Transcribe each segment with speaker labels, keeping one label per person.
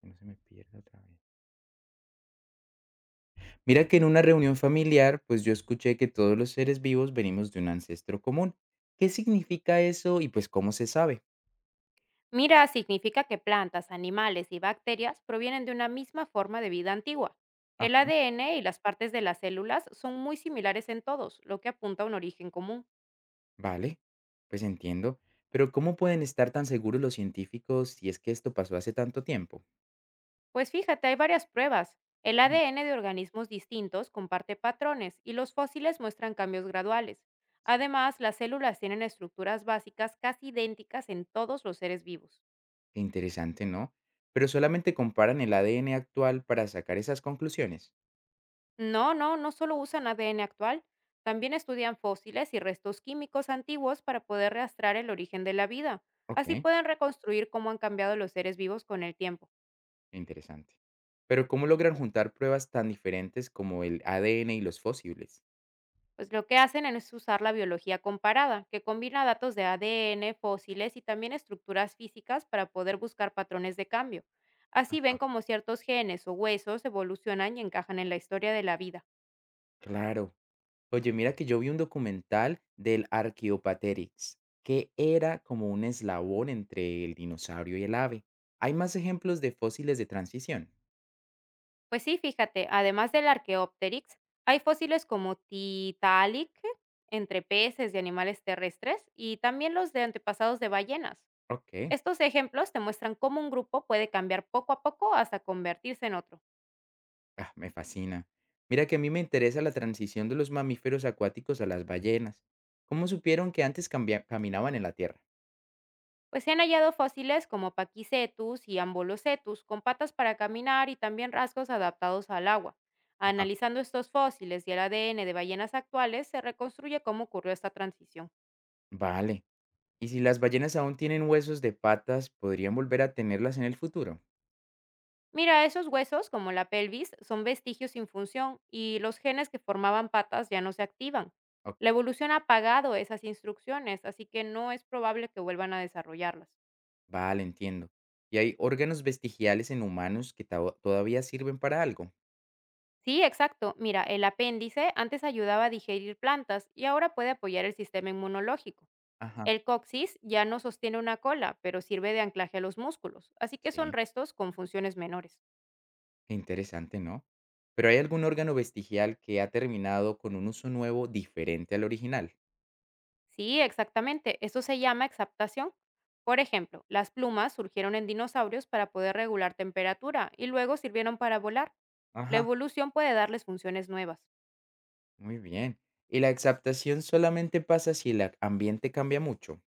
Speaker 1: Que no se me pierda otra vez. Mira que en una reunión familiar, pues yo escuché que todos los seres vivos venimos de un ancestro común. ¿Qué significa eso y pues cómo se sabe?
Speaker 2: Mira, significa que plantas, animales y bacterias provienen de una misma forma de vida antigua. El
Speaker 1: Ajá.
Speaker 2: ADN y las partes de las células son muy similares en todos, lo que apunta a un origen común.
Speaker 1: Vale, pues entiendo. Pero ¿cómo pueden estar tan seguros los científicos si es que esto pasó hace tanto tiempo?
Speaker 2: Pues fíjate, hay varias pruebas. El
Speaker 1: Ujú.
Speaker 2: ADN de organismos distintos comparte patrones y los fósiles muestran cambios graduales.
Speaker 1: Sí.
Speaker 2: Además, las células tienen estructuras básicas casi idénticas en todos los seres vivos.
Speaker 1: Qué interesante, ¿no? Pero solamente comparan el ADN actual para sacar esas conclusiones.
Speaker 2: No, no, no solo usan ADN actual, también estudian fósiles y restos químicos antiguos para poder rastrear el origen de la vida. Así
Speaker 1: Ok,
Speaker 2: pueden reconstruir cómo han cambiado los seres vivos con el tiempo.
Speaker 1: qué interesante. Pero ¿cómo logran juntar pruebas tan diferentes como el ADN y los fósiles?
Speaker 2: Pues lo que hacen es usar la biología comparada, que combina datos de ADN, fósiles y también estructuras físicas para poder buscar patrones de cambio. Así ven
Speaker 1: Ajá.
Speaker 2: cómo ciertos genes o huesos evolucionan y encajan en la historia de la vida.
Speaker 1: Claro. Oye, mira que yo vi un documental del Archaeopteryx, que era como un eslabón entre el dinosaurio y el ave. Hay más ejemplos de fósiles de transición.
Speaker 2: Pues sí, fíjate, además del Archaeopteryx, hay fósiles como Tiktaalik entre peces y animales terrestres y también los de antepasados de ballenas.
Speaker 1: Ok,
Speaker 2: Estos ejemplos te muestran cómo un grupo puede cambiar poco a poco hasta convertirse en otro.
Speaker 1: ah, me fascina. Mira que a mí me interesa la transición de los mamíferos acuáticos a las ballenas. ¿Cómo supieron que antes caminaban en la tierra?
Speaker 2: Pues se han hallado fósiles como Paquicetus y Ambulocetus con patas para caminar y también rasgos adaptados al agua.
Speaker 1: Ajá.
Speaker 2: Analizando estos fósiles y el ADN de ballenas actuales, se reconstruye cómo ocurrió esta transición.
Speaker 1: Vale. ¿Y si las ballenas aún tienen huesos de patas, podrían volver a tenerlas en el futuro?
Speaker 2: Mira, esos huesos, como la pelvis, son vestigios sin función y los genes que formaban patas ya no se activan.
Speaker 1: Ok.
Speaker 2: La evolución ha apagado esas instrucciones, así que no es probable que vuelvan a desarrollarlas.
Speaker 1: Vale, entiendo. ¿Y hay órganos vestigiales en humanos que todavía sirven para algo?
Speaker 2: Sí, exacto. Mira, el apéndice antes ayudaba a digerir plantas y ahora puede apoyar el sistema inmunológico.
Speaker 1: Ajá,
Speaker 2: El coxis ya no sostiene una cola, pero sirve de anclaje a los músculos, así que son
Speaker 1: sí.
Speaker 2: restos con funciones menores.
Speaker 1: Qué interesante, ¿no? Pero ¿hay algún órgano vestigial que ha terminado con un uso nuevo diferente al original?
Speaker 2: Sí, exactamente. Eso se llama exaptación. Por ejemplo, las plumas surgieron en dinosaurios para poder regular temperatura y luego sirvieron para volar. La
Speaker 1: Ajá,
Speaker 2: evolución puede darles funciones nuevas.
Speaker 1: muy bien. ¿Y la exaptación solamente pasa si ambiente cambia mucho?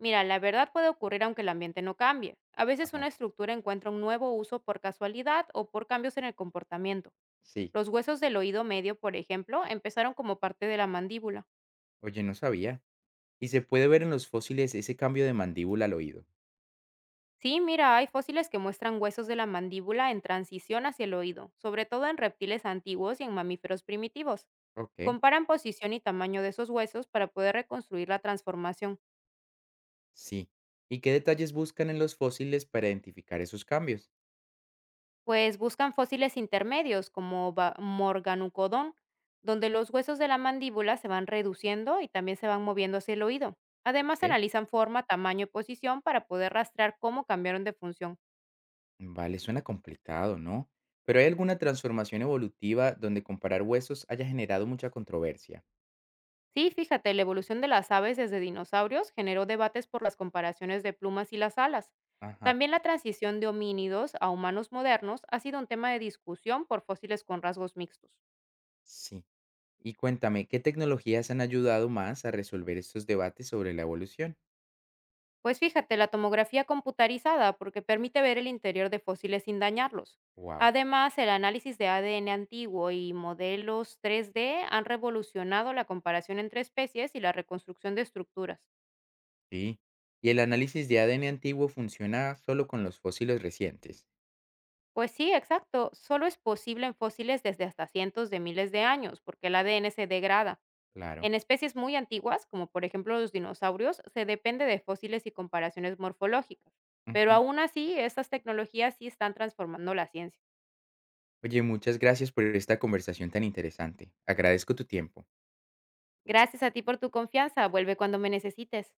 Speaker 2: Mira, la verdad puede ocurrir aunque el ambiente no cambie. A veces una
Speaker 1: Ajá,
Speaker 2: estructura encuentra un nuevo uso por casualidad o por cambios en el comportamiento.
Speaker 1: sí.
Speaker 2: Los huesos del oído medio, por ejemplo, empezaron como parte de la mandíbula.
Speaker 1: Oye, no sabía. ¿Y se puede ver en los fósiles ese cambio de mandíbula al oído?
Speaker 2: Sí, mira, hay fósiles que muestran huesos de la mandíbula en transición hacia el oído, sobre todo en reptiles antiguos y en mamíferos primitivos.
Speaker 1: Ok,
Speaker 2: Comparan posición y tamaño de esos huesos para poder reconstruir la transformación,
Speaker 1: sí. ¿Y qué detalles buscan en los fósiles para identificar esos cambios?
Speaker 2: pues buscan fósiles intermedios como Morganucodon, donde los huesos de la mandíbula se van reduciendo y también se van moviendo hacia el oído.
Speaker 1: Ok.
Speaker 2: Además, analizan forma, tamaño y posición para poder rastrear cómo cambiaron de función.
Speaker 1: Vale, suena complicado, ¿no? Pero hay alguna transformación evolutiva donde comparar huesos haya generado mucha controversia.
Speaker 2: Sí, fíjate, la evolución de las aves desde dinosaurios generó debates por las comparaciones de plumas y las alas.
Speaker 1: Ajá,
Speaker 2: También la transición de homínidos a humanos modernos ha sido un tema de discusión por fósiles con rasgos mixtos.
Speaker 1: sí. Y cuéntame, ¿qué tecnologías han ayudado más a resolver estos debates sobre la evolución?
Speaker 2: Pues fíjate, la tomografía computarizada porque permite ver el interior de fósiles sin dañarlos.
Speaker 1: Wow,
Speaker 2: Además, el análisis de ADN antiguo y modelos 3D han revolucionado la comparación entre especies y la reconstrucción de estructuras.
Speaker 1: sí. ¿Y el análisis de ADN antiguo funciona solo con los fósiles recientes?
Speaker 2: Pues sí, exacto. Solo es posible en fósiles desde hasta cientos de miles de años, porque el ADN se degrada.
Speaker 1: Claro.
Speaker 2: En especies muy antiguas, como por ejemplo los dinosaurios, se depende de fósiles y comparaciones morfológicas. Pero
Speaker 1: Ujú.
Speaker 2: aún así, estas tecnologías sí están transformando la ciencia.
Speaker 1: Oye, muchas gracias por esta conversación tan interesante. Agradezco tu tiempo.
Speaker 2: Gracias a ti por tu confianza. Vuelve cuando me necesites.